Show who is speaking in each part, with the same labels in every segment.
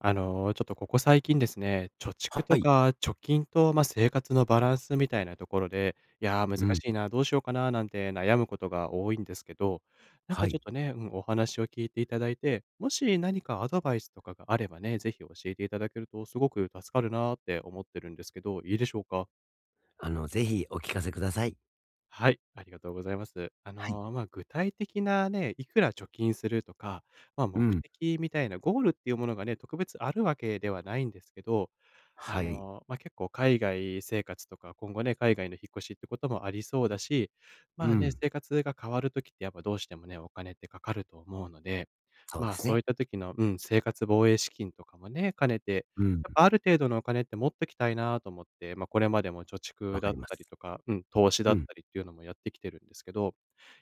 Speaker 1: ちょっとここ最近ですね、貯蓄
Speaker 2: は
Speaker 1: と
Speaker 2: い。
Speaker 1: か貯金と、まあ、生活のバランスみたいなところで、いやー、難
Speaker 2: うん。
Speaker 1: しいな、どうしようかななんて悩むことが多いんですけど、なん
Speaker 2: は
Speaker 1: かち
Speaker 2: い。
Speaker 1: ょっとね、うん、お話を聞いていただいて、もし何かアドバイスとかがあればね、ぜひ教えていただけるとすごく助かるなーって思ってるんですけど、いいでしょうか？
Speaker 2: ぜひお聞かせください。
Speaker 1: はい、ありがとうございます。
Speaker 2: はい。
Speaker 1: まあ、具体的なね、いくら貯金するとか、まあ、
Speaker 2: う
Speaker 1: 目
Speaker 2: ん。
Speaker 1: 的みたいなゴールっていうものがね、特別あるわけではないんですけど、
Speaker 2: はい。
Speaker 1: まあ、結構海外生活とか、今後ね、海外の引っ越しってこともありそうだし、
Speaker 2: う
Speaker 1: まあね、
Speaker 2: ん。
Speaker 1: 生活が変わるときってやっぱどうしてもね、お金ってかかると思うので、
Speaker 2: そうで
Speaker 1: まあ、
Speaker 2: す
Speaker 1: そうい
Speaker 2: ね。
Speaker 1: った時の、うん、生活防衛資金とかもね、兼ねて
Speaker 2: うん。
Speaker 1: やっぱある程度のお金って持っときたいなと思って、まあ、これまでも貯
Speaker 2: わ
Speaker 1: 蓄
Speaker 2: か
Speaker 1: だ
Speaker 2: り
Speaker 1: っ
Speaker 2: ま
Speaker 1: たり
Speaker 2: す。
Speaker 1: とか、うん、投資
Speaker 2: う
Speaker 1: だっ
Speaker 2: ん。
Speaker 1: たりっていうのもやってきてるんですけど、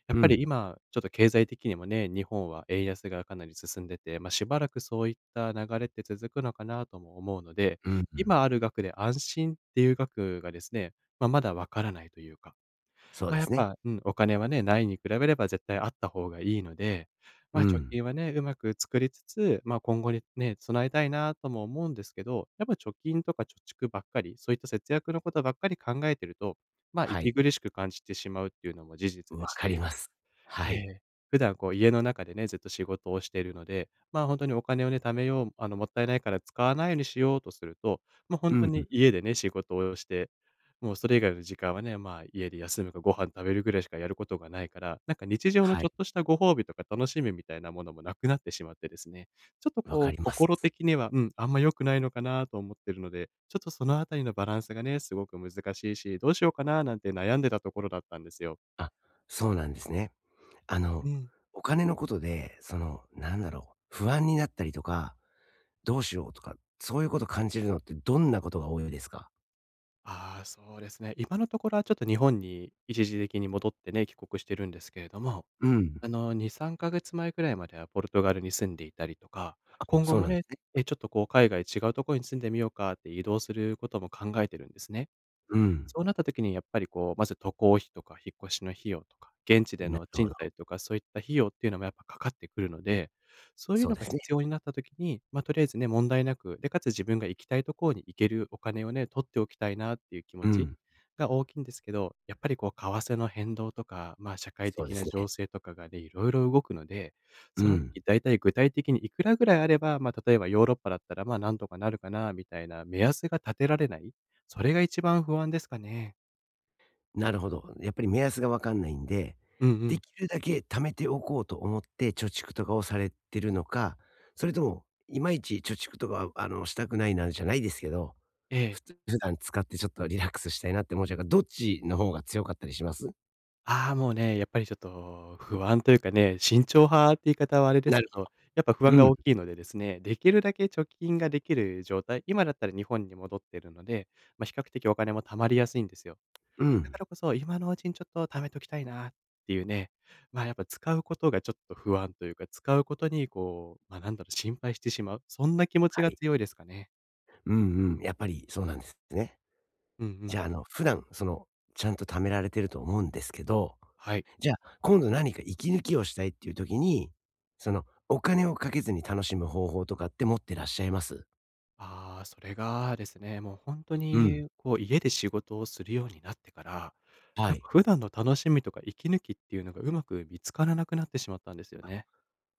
Speaker 1: や
Speaker 2: う
Speaker 1: っぱ
Speaker 2: ん。
Speaker 1: り今、ちょっと経済的にもね、日本は円安がかなり進んでて、まあ、しばらくそういった流れって続くのかなとも思うので、
Speaker 2: うん、うん。
Speaker 1: 今ある額で安心っていう額がですね、まあ、まだわからないというか。
Speaker 2: そう
Speaker 1: まあ、
Speaker 2: で
Speaker 1: やっ
Speaker 2: すね。
Speaker 1: ぱ、うん、お金はね、ないに比べれば絶対あった方がいいので、ま
Speaker 2: う
Speaker 1: あ、貯
Speaker 2: ん。
Speaker 1: 金はね、うまく作りつつ、まあ、今後にね、備えたいなとも思うんですけど、やっぱ貯金とか貯蓄ばっかり、そういった節約のことばっかり考えてると、まあ、
Speaker 2: は
Speaker 1: 息
Speaker 2: い。
Speaker 1: 苦しく感じてしまうっていうのも事実
Speaker 2: わ
Speaker 1: でし
Speaker 2: かり
Speaker 1: て
Speaker 2: ます。
Speaker 1: え
Speaker 2: はい。
Speaker 1: え。普段こう家の中でね、ずっと仕事をしているので、まあ、本当にお金をね、貯めよう、もったいないから使わないようにしようとすると、もう
Speaker 2: う
Speaker 1: 本当に
Speaker 2: ん。
Speaker 1: 家でね、仕事をして、もうそれ以外の時間はね、まあ、家で休むかご飯食べるぐらいしかやることがないから、なんか日常の
Speaker 2: は
Speaker 1: ちょ
Speaker 2: い。
Speaker 1: っとしたご褒美とか楽しみみたいなものもなくなってしまってですね、ちょっと
Speaker 2: わか
Speaker 1: こ
Speaker 2: り
Speaker 1: う
Speaker 2: ます。
Speaker 1: 心的には、うん、あんま良くないのかなと思ってるので、ちょっとそのあたりのバランスがね、すごく難しいし、どうしようかななんて悩んでたところだったんですよ。
Speaker 2: あ、そうなんですね。あの、
Speaker 1: うん。
Speaker 2: お金のことで、なんだろう、不安になったりとか、どうしようとか、そういうこと感じるのってどんなことが多いですか？
Speaker 1: ああ、そうですね。今のところはちょっと日本に一時的に戻ってね、帰国してるんですけれども、
Speaker 2: うん。
Speaker 1: 2、3ヶ月前くらいまではポルトガルに住んでいたりとか、今後
Speaker 2: そう
Speaker 1: も
Speaker 2: なんで
Speaker 1: ね、
Speaker 2: すね。
Speaker 1: ちょっとこう海外違うところに住んでみようかって移動することも考えてるんですね。
Speaker 2: うん。
Speaker 1: そうなった時にやっぱりこう、まず渡航費とか引っ越しの費用とか、現地で
Speaker 2: なる
Speaker 1: の
Speaker 2: ほ
Speaker 1: 賃
Speaker 2: ど。
Speaker 1: 貸とかそういった費用っていうのもやっぱかかってくるので、そういう
Speaker 2: そう
Speaker 1: の
Speaker 2: で
Speaker 1: が
Speaker 2: すね。
Speaker 1: 必要になった時に、ま、とりあえずね、問題なく、で、かつ自分が行きたいところに行けるお金をね、取っておきたいなっていう気
Speaker 2: う
Speaker 1: 持ち
Speaker 2: ん。
Speaker 1: が大きいんですけど、やっぱりこう為替の変動とか、まあ、社会
Speaker 2: そうで
Speaker 1: 的
Speaker 2: す
Speaker 1: な
Speaker 2: ね。
Speaker 1: 情勢とかがね、いろいろ動くので、
Speaker 2: う
Speaker 1: その
Speaker 2: ん。
Speaker 1: 時だいたい具体的にいくらぐらいあれば、ま、例えばヨーロッパだったら、ま、なんとかなるかなみたいな目安が立てられない。それが一番不安ですかね。
Speaker 2: なるほど。やっぱり目安がわかんないんで、
Speaker 1: うんう
Speaker 2: で
Speaker 1: ん。
Speaker 2: きるだけ貯めておこうと思って貯蓄とかをされてるのか、それとも、いまいち貯蓄とかは、したくないなんじゃないですけど、
Speaker 1: ええ。
Speaker 2: 普段使ってちょっとリラックスしたいなって思っちゃうから、どっちの方が強かったりします？
Speaker 1: ああ、もうね、やっぱりちょっと不安というかね、慎重派って言い方はあれです
Speaker 2: なる
Speaker 1: けど、やっぱ不安
Speaker 2: う
Speaker 1: が
Speaker 2: ん、
Speaker 1: 大きいのでですね、できるだけ貯金ができる状態、今だったら日本に戻っているので、まあ、比較的お金も貯まりやすいんですよ。
Speaker 2: う
Speaker 1: だ
Speaker 2: ん。
Speaker 1: からこそ、今のうちにちょっと貯めときたいなっていうね、まあ、やっぱ使うことがちょっと不安というか、使うことにこう、ま、なんだろう、心配してしまう、そんな気持ち
Speaker 2: は
Speaker 1: が
Speaker 2: い。
Speaker 1: 強いですかね。
Speaker 2: うんうん。やっぱりそうなんですね。
Speaker 1: うんう
Speaker 2: じ
Speaker 1: ん。
Speaker 2: ゃあ、普段、ちゃんと貯められてると思うんですけど。
Speaker 1: はい。
Speaker 2: じゃあ、今度何か息抜きをしたいっていう時に、お金をかけずに楽しむ方法とかって持ってらっしゃいます？
Speaker 1: ああ、それがですね、もう本当
Speaker 2: うん、
Speaker 1: にこう家で仕事をするようになってから、
Speaker 2: は
Speaker 1: なん
Speaker 2: い。
Speaker 1: か普段の楽しみとか息抜きっていうのがうまく見つからなくなってしまったんですよね。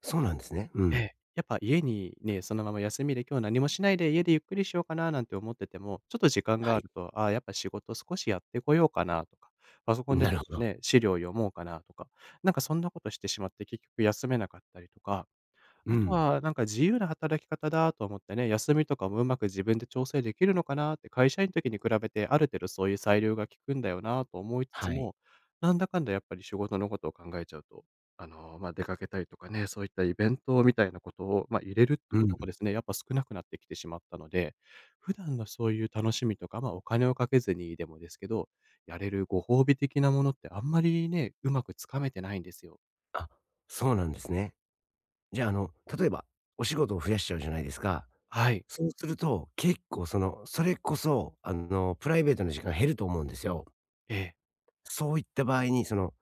Speaker 2: そうなんですね。う
Speaker 1: え
Speaker 2: ん。
Speaker 1: え。やっぱ家にね、そのまま休みで今日何もしないで家でゆっくりしようかななんて思ってても、ちょっと時間
Speaker 2: は
Speaker 1: があ
Speaker 2: い。
Speaker 1: ると、ああ、やっぱ仕事少しやってこようかなとか、パソコンで
Speaker 2: な
Speaker 1: ち
Speaker 2: る
Speaker 1: ょ
Speaker 2: ほ
Speaker 1: っと
Speaker 2: ど。
Speaker 1: ね、資料読もうかなとか、なんかそんなことしてしまって結局休めなかったりとか
Speaker 2: う
Speaker 1: あと
Speaker 2: ん。
Speaker 1: は、なんか自由な働き方だと思ってね、休みとかもうまく自分で調整できるのかなって、会社員の時に比べてある程度そういう裁量が効くんだよなと思いつつ
Speaker 2: はい。
Speaker 1: も、なんだかんだやっぱり仕事のことを考えちゃうと、まあ、出かけたりとかね、そういったイベントみたいなことを、まあ、入れるって
Speaker 2: う
Speaker 1: こ
Speaker 2: ん。
Speaker 1: ともですね、やっぱ少なくなってきてしまったので、普段のそういう楽しみとか、まあ、お金をかけずにでもですけど、やれるご褒美的なものってあんまりね、うまくつかめてないんですよ。
Speaker 2: あ、そうなんですね。じゃあ、例えば、お仕事を増やしちゃうじゃないですか。
Speaker 1: はい。
Speaker 2: そうすると、結構それこそ、プライベートの時間減ると思うんですよ。
Speaker 1: ええ。
Speaker 2: そういった場合に、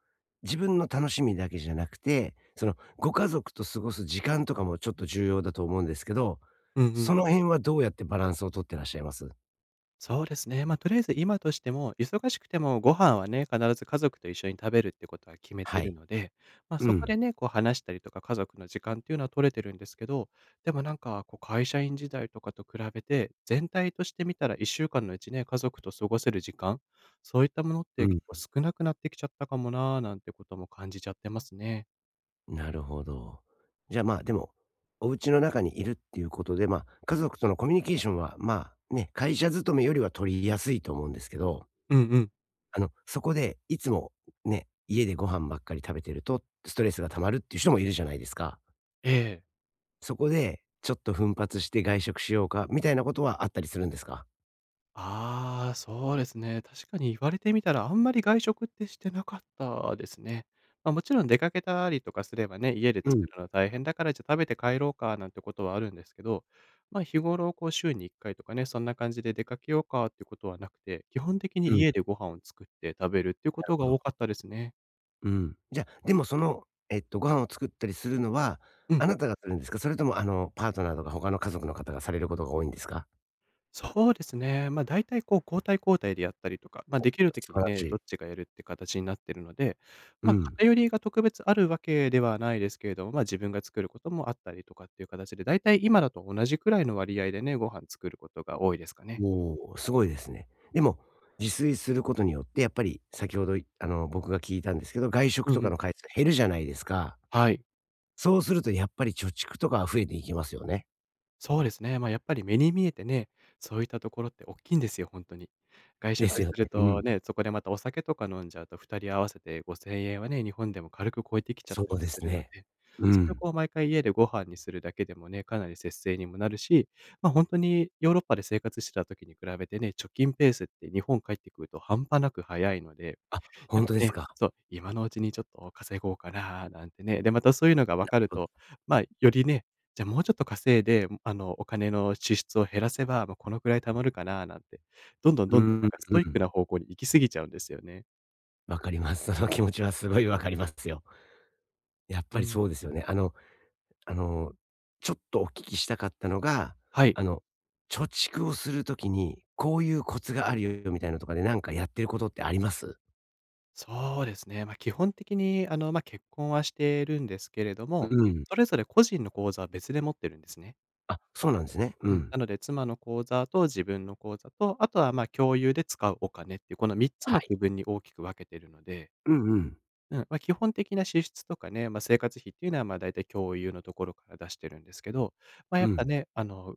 Speaker 2: 自分の楽しみだけじゃなくて、ご家族と過ごす時間とかもちょっと重要だと思うんですけど、
Speaker 1: うんう
Speaker 2: そ
Speaker 1: ん。
Speaker 2: の辺はどうやってバランスを取ってらっしゃいます？
Speaker 1: そうですね。とりあえず今としても、忙しくてもご飯はね、必ず家族と一緒に食べるってことは決めて
Speaker 2: は
Speaker 1: る
Speaker 2: い。
Speaker 1: ので、まあ、
Speaker 2: う
Speaker 1: そこで
Speaker 2: ん。
Speaker 1: ね、こう話したりとか、家族の時間っていうのは取れてるんですけど、でもなんか、こう会社員時代とかと比べて、全体として見たら1週間のうちね、家族と過ごせる時間、そういったものっ
Speaker 2: う
Speaker 1: て
Speaker 2: ん。
Speaker 1: 結構少なくなってきちゃったかもな、なんてことも感じちゃってますね。
Speaker 2: なるほど。じゃあまあでも、お家の中にいるっていうことで、まあ家族とのコミュニケーションは、まあね、会社勤めよりは取りやすいと思うんですけど、
Speaker 1: うんうん。
Speaker 2: そこでいつもね、家でご飯ばっかり食べてるとストレスが溜まるっていう人もいるじゃないですか。
Speaker 1: ええ。
Speaker 2: そこで、ちょっと奮発して外食しようかみたいなことはあったりするんですか？
Speaker 1: ああ、そうですね。確かに言われてみたら、あんまり外食ってしてなかったですね。まあ、もちろん出かけたりとかすればね、家で
Speaker 2: うん、
Speaker 1: 作るの大変だから、じゃ、食べて帰ろうかなんてことはあるんですけど、ま、日頃こう週に1回とかね、そんな感じで出かけようかっていうことはなくて、基本的に
Speaker 2: うん、な
Speaker 1: 家でご飯を作って食べるっていうこ
Speaker 2: る
Speaker 1: と
Speaker 2: ほ
Speaker 1: が
Speaker 2: ど。
Speaker 1: 多かったですね。
Speaker 2: うん。じゃ、でもご飯を作ったりするのは、
Speaker 1: うん。
Speaker 2: あなたがするんですか？それともパートナーとか他の家族の方がされることが多いんですか？
Speaker 1: そうですね。大体こう、交代交代でやったりとか、ま、できる
Speaker 2: 素
Speaker 1: 時
Speaker 2: 晴
Speaker 1: に
Speaker 2: らし
Speaker 1: ね、ど
Speaker 2: い。
Speaker 1: っちがやるって形になってるので、
Speaker 2: う
Speaker 1: ま、
Speaker 2: ん。
Speaker 1: 偏りが特別あるわけではないですけれども、ま、自分が作ることもあったりとかっていう形で、大体今だと同じくらいの割合でね、ご飯作ることが多いですかね。
Speaker 2: おお、すごいですね。でも、自炊することによって、やっぱり先ほどいあの、僕が聞いたんですけど、外食
Speaker 1: う
Speaker 2: と
Speaker 1: んう
Speaker 2: か
Speaker 1: ん。
Speaker 2: の回数減るじゃないですか。
Speaker 1: はい。
Speaker 2: そうするとやっぱり貯蓄とかは増えていきますよね。
Speaker 1: そうですね。まあ、やっぱり目に見えてね、そういったところっておっきいんですよ、本当に。外
Speaker 2: です
Speaker 1: 食す
Speaker 2: よ
Speaker 1: る
Speaker 2: ね。う
Speaker 1: と
Speaker 2: ん。
Speaker 1: ね、そこでまたお酒とか飲んじゃうと、2人合わせて5,000円はね、日本でも軽く超えてきちゃっ
Speaker 2: そ
Speaker 1: たり
Speaker 2: うで
Speaker 1: す
Speaker 2: す
Speaker 1: るので、
Speaker 2: ね。う
Speaker 1: それを
Speaker 2: ん。
Speaker 1: こう毎回家でご飯にするだけでもね、かなり節制にもなるし、本当にヨーロッパで生活してた時に比べてね、貯金ペースって日本帰ってくると半端なく早いので、
Speaker 2: あ、ほ
Speaker 1: や
Speaker 2: ん
Speaker 1: っ
Speaker 2: とで
Speaker 1: ぱ
Speaker 2: す
Speaker 1: ね、
Speaker 2: か。
Speaker 1: そう、今のうちにちょっと稼ごうかななんてね。で、またそういうのが分かると、まあ、よりね、じゃあもうちょっと稼いで、お金の支出を減らせば、まあ、このくらい貯まるかななんて、どんどん
Speaker 2: う
Speaker 1: どん
Speaker 2: ん、
Speaker 1: どん
Speaker 2: う
Speaker 1: な
Speaker 2: ん、
Speaker 1: んかストイックな
Speaker 2: わ
Speaker 1: 方向に行き過ぎちゃうんですよね。
Speaker 2: かります。その気持ちはすごいわかりますよ。やっぱ
Speaker 1: う
Speaker 2: り
Speaker 1: ん。
Speaker 2: そうですよね。あの、ちょっとお聞きしたかったのが、
Speaker 1: はい。
Speaker 2: あの、貯蓄をする時に、こういうコツがあるよみたいなのとかで、なんかやってることってあります？
Speaker 1: そうですね。まあ、基本的にまあ、結婚はしてるんですけれど
Speaker 2: う
Speaker 1: も、
Speaker 2: ん。
Speaker 1: それぞれ個人の口座は別で持ってるんですね。
Speaker 2: あ、そうなんですね。う
Speaker 1: うん。
Speaker 2: ん。
Speaker 1: なので妻の口座と自分の口座と、あとはまあ、共有で使うお金っていう、この3つ
Speaker 2: は
Speaker 1: の
Speaker 2: い。
Speaker 1: 区分に大きく分けてるので、
Speaker 2: うんうん。
Speaker 1: うん、まあ、基本的な支出とかね、まあ、生活費っていうのは、ま、大体共有のところから出してるんですけど、まあ、や
Speaker 2: う
Speaker 1: っぱ
Speaker 2: ん。
Speaker 1: ね、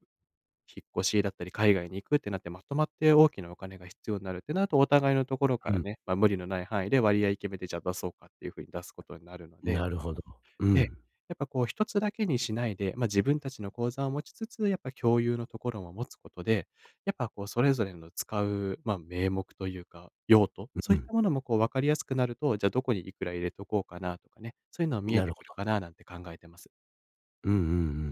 Speaker 1: 引っ越しだったり、海外に行くってなってまとまって大きなお金が必要になるってなると、お互いのところか
Speaker 2: う
Speaker 1: ら
Speaker 2: ん。
Speaker 1: ね、まあ、無理のない範囲で割合決めて、じゃあ出そうかっていう風に出すことになるので、
Speaker 2: なるほど。う
Speaker 1: ええ。
Speaker 2: ん。
Speaker 1: やっぱこう一つだけにしないで、まあ、自分たちの口座を持ちつつ、やっぱ共有のところも持つことで、やっぱこうそれぞれの使う、まあ、名目というか、用途、そ
Speaker 2: う
Speaker 1: ういっ
Speaker 2: ん。
Speaker 1: たものもこう分かりやすくなると、じゃあどこにいくら入れとこうかなとかね、そういうの見え
Speaker 2: なる
Speaker 1: てくるかななんて考えてます。
Speaker 2: うんうんう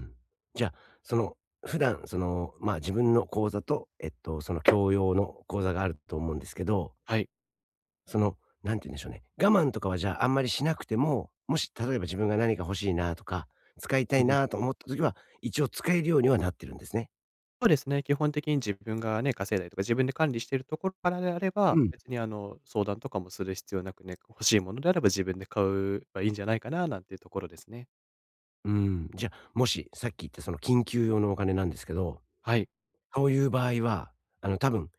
Speaker 2: ん。じゃあ、その、普段、まあ、自分の講座と、その教養の講座があると思うんですけど、
Speaker 1: はい。
Speaker 2: その、なんて言うんでしょうね。我慢とかはじゃあ、あんまりしなくても、もし、例えば自分が何か欲しいなとか、使いたい
Speaker 1: うんうん。
Speaker 2: なと思った時は、一応使えるようにはなってるんですね。
Speaker 1: そうですね、基本的に自分がね、稼いだりとか、自分で管理しているところからであれ
Speaker 2: う
Speaker 1: ば、
Speaker 2: ん。
Speaker 1: 別に相談とかもする必要なくね、欲しいものであれば自分で買えばいいんじゃないかななんていうところですね。
Speaker 2: うん。じゃあ、もし、さっき言ったその緊急用のお金なんですけど、
Speaker 1: はい。
Speaker 2: そういう場合は、多分、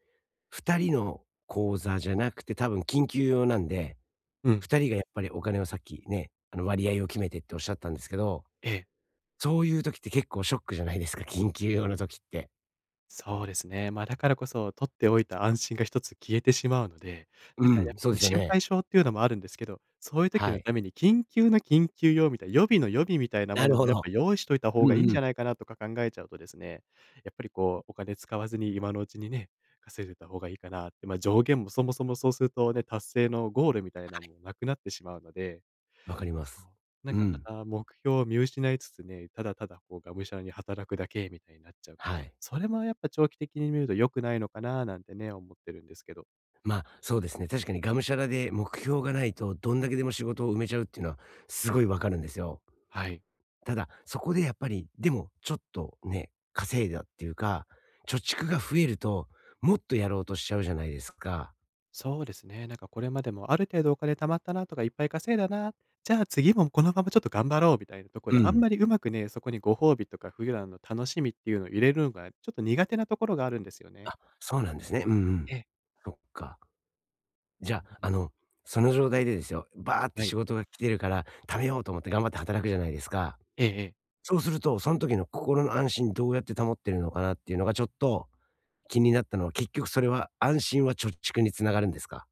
Speaker 2: 二人の講座じゃなくて、多分、緊急用なんで、
Speaker 1: うん。
Speaker 2: 2人がやっぱりお金をさっきね、あの割合を決めてっておっしゃったんですけど、
Speaker 1: ええ。
Speaker 2: そういう時って結構ショックじゃないですか、緊急用の時って。
Speaker 1: そうですね。だからこそ、取っておいた安心が一つ消えてしまうので、なん
Speaker 2: う
Speaker 1: かや
Speaker 2: ん、
Speaker 1: っ
Speaker 2: そう
Speaker 1: ぱ
Speaker 2: で
Speaker 1: ね、
Speaker 2: すよ
Speaker 1: 心
Speaker 2: ね。
Speaker 1: 配性っていうのもあるんですけど、そういう時
Speaker 2: は
Speaker 1: の
Speaker 2: い。
Speaker 1: ために緊急の緊急用みたいな、予備の予備みたいな
Speaker 2: な
Speaker 1: も
Speaker 2: る
Speaker 1: の
Speaker 2: ほ
Speaker 1: もやっ
Speaker 2: ど。
Speaker 1: ぱ用意しといた
Speaker 2: う
Speaker 1: 方がいいん
Speaker 2: んう
Speaker 1: じ
Speaker 2: ん。
Speaker 1: ゃないかなとか考えちゃうとですね、やっぱりこう、お金使わずに今のうちにね、稼いでた方がいいかなって、ま、上限もそもそもそうするとね、達成のゴールみたいなのもなくなってしまうので、
Speaker 2: わかりま
Speaker 1: そ
Speaker 2: す。
Speaker 1: う。なん
Speaker 2: う
Speaker 1: かま
Speaker 2: ん、
Speaker 1: た目標を見失いつつね、ただただこうがむしゃらに働くだけみたいになっちゃうか
Speaker 2: は
Speaker 1: ら、
Speaker 2: い。
Speaker 1: それもやっぱ長期的に見ると良くないのかななんてね、思ってるんですけど。
Speaker 2: ま、あそうですね、確かにがむしゃらで目標がないと、どんだけでも仕事を埋めちゃうっていうのはすごいわかるんですよ。
Speaker 1: はい。
Speaker 2: ただ、そこでやっぱり、でもちょっとね、稼いだっていうか、貯蓄が増えると、もっとやろうとしちゃうじゃないですか。
Speaker 1: そうですね。なんかこれまでもある程度お金貯まったなとかいっぱい稼いだな、じゃあ次もこのままちょっと頑張ろうみたいなとこ
Speaker 2: う
Speaker 1: ろで、あん
Speaker 2: ん。
Speaker 1: まりうまくね、そこにご褒美とか普段の楽しみっていうのを入れるのがちょっと苦手なところがあるんですよ
Speaker 2: あ、
Speaker 1: ね。
Speaker 2: そうなんですね。うんうん。
Speaker 1: ええ。
Speaker 2: そっか。じゃ
Speaker 1: うんう
Speaker 2: あ、
Speaker 1: ん。
Speaker 2: その状態でですよ、バーって
Speaker 1: は
Speaker 2: 仕
Speaker 1: い。
Speaker 2: 事が来てるから、貯めようと思って頑張って働くじゃないですか。
Speaker 1: ええええ。
Speaker 2: そうすると、その時の心の安心どうやって保ってるのかなっていうのがちょっと気になったのは、結局それは安心は貯蓄に繋がるんですか？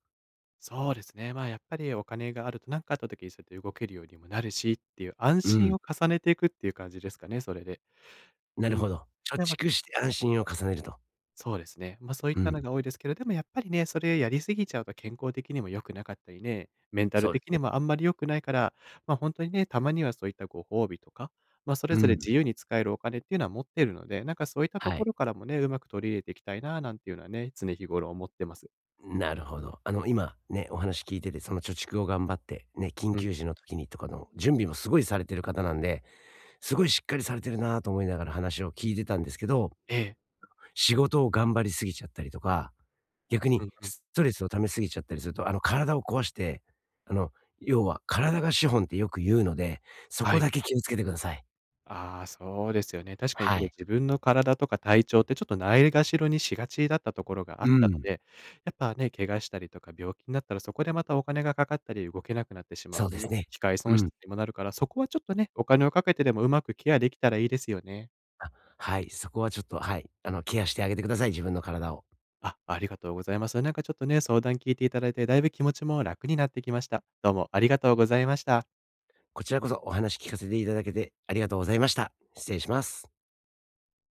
Speaker 1: そうですね。まあ、やっぱりお金があると、なんかあった時にそうやって動けるようにもなるしっていう安
Speaker 2: うん、
Speaker 1: 心を重ねていくっていう感じですかね、それで。
Speaker 2: な
Speaker 1: う
Speaker 2: るほ
Speaker 1: ん。
Speaker 2: ど。貯
Speaker 1: で、まあ、
Speaker 2: 蓄して安心を重ねると。
Speaker 1: そうですね。そういっ
Speaker 2: う
Speaker 1: たの
Speaker 2: ん、
Speaker 1: が多いですけど、でもやっぱりね、それやりすぎちゃうと健康的にも良くなかったりね、メンタル
Speaker 2: そうです
Speaker 1: 的に
Speaker 2: ね。
Speaker 1: もあんまり良くないから、本当にね、たまにはそういったご褒美とか、それ
Speaker 2: う
Speaker 1: ぞれ
Speaker 2: ん、
Speaker 1: 自由に使えるお金っていうのは持ってるので、なんかそういったと
Speaker 2: は
Speaker 1: こ
Speaker 2: い。
Speaker 1: ろからもね、うまく取り入れていきたいななんていうのはね、常日頃思ってます。
Speaker 2: なるほど。今ね、お話聞いてて、その貯蓄を頑張って、ね、緊
Speaker 1: うん。
Speaker 2: 急時の時にとかの準備もすごいされてる方なんで、すごいしっかりされてるなと思いながら話を聞いてたんですけど、
Speaker 1: ええ。
Speaker 2: 仕事を頑張りすぎちゃったりとか、逆に
Speaker 1: うんうん。
Speaker 2: ストレスを溜めすぎちゃったりすると、体を壊して、あの、要は体が資本ってよく言うので、そ
Speaker 1: は
Speaker 2: こ
Speaker 1: い。
Speaker 2: だけ気をつけてください。
Speaker 1: ああ、そうですよね。確かにち
Speaker 2: は
Speaker 1: ょっと
Speaker 2: い。
Speaker 1: 自分の体とか体調ってちょっとないがしろにしがちだったところがあっ
Speaker 2: う
Speaker 1: たの
Speaker 2: ん。
Speaker 1: で、やっぱね、怪我したりとか病気になったらそこでまたお金がかかったり動けなくなってしまう
Speaker 2: そう
Speaker 1: と
Speaker 2: です
Speaker 1: ね、
Speaker 2: ね。
Speaker 1: 機会
Speaker 2: う
Speaker 1: 損
Speaker 2: ん。
Speaker 1: 失にもなるから、そこはちょっとね、お金をかけてでもうまくケアできたらいいですよね。
Speaker 2: あ、はい。そこはちょっと、はい。ケアしてあげてください、自分の体を。
Speaker 1: あ、ありがとうございます。なんかちょっとね、相談聞いていただいて、だいぶ気持ちも楽になってきました。どうもありがとうございました。
Speaker 2: こちらこそお話聞かせていただけてありがとうございました。失礼します。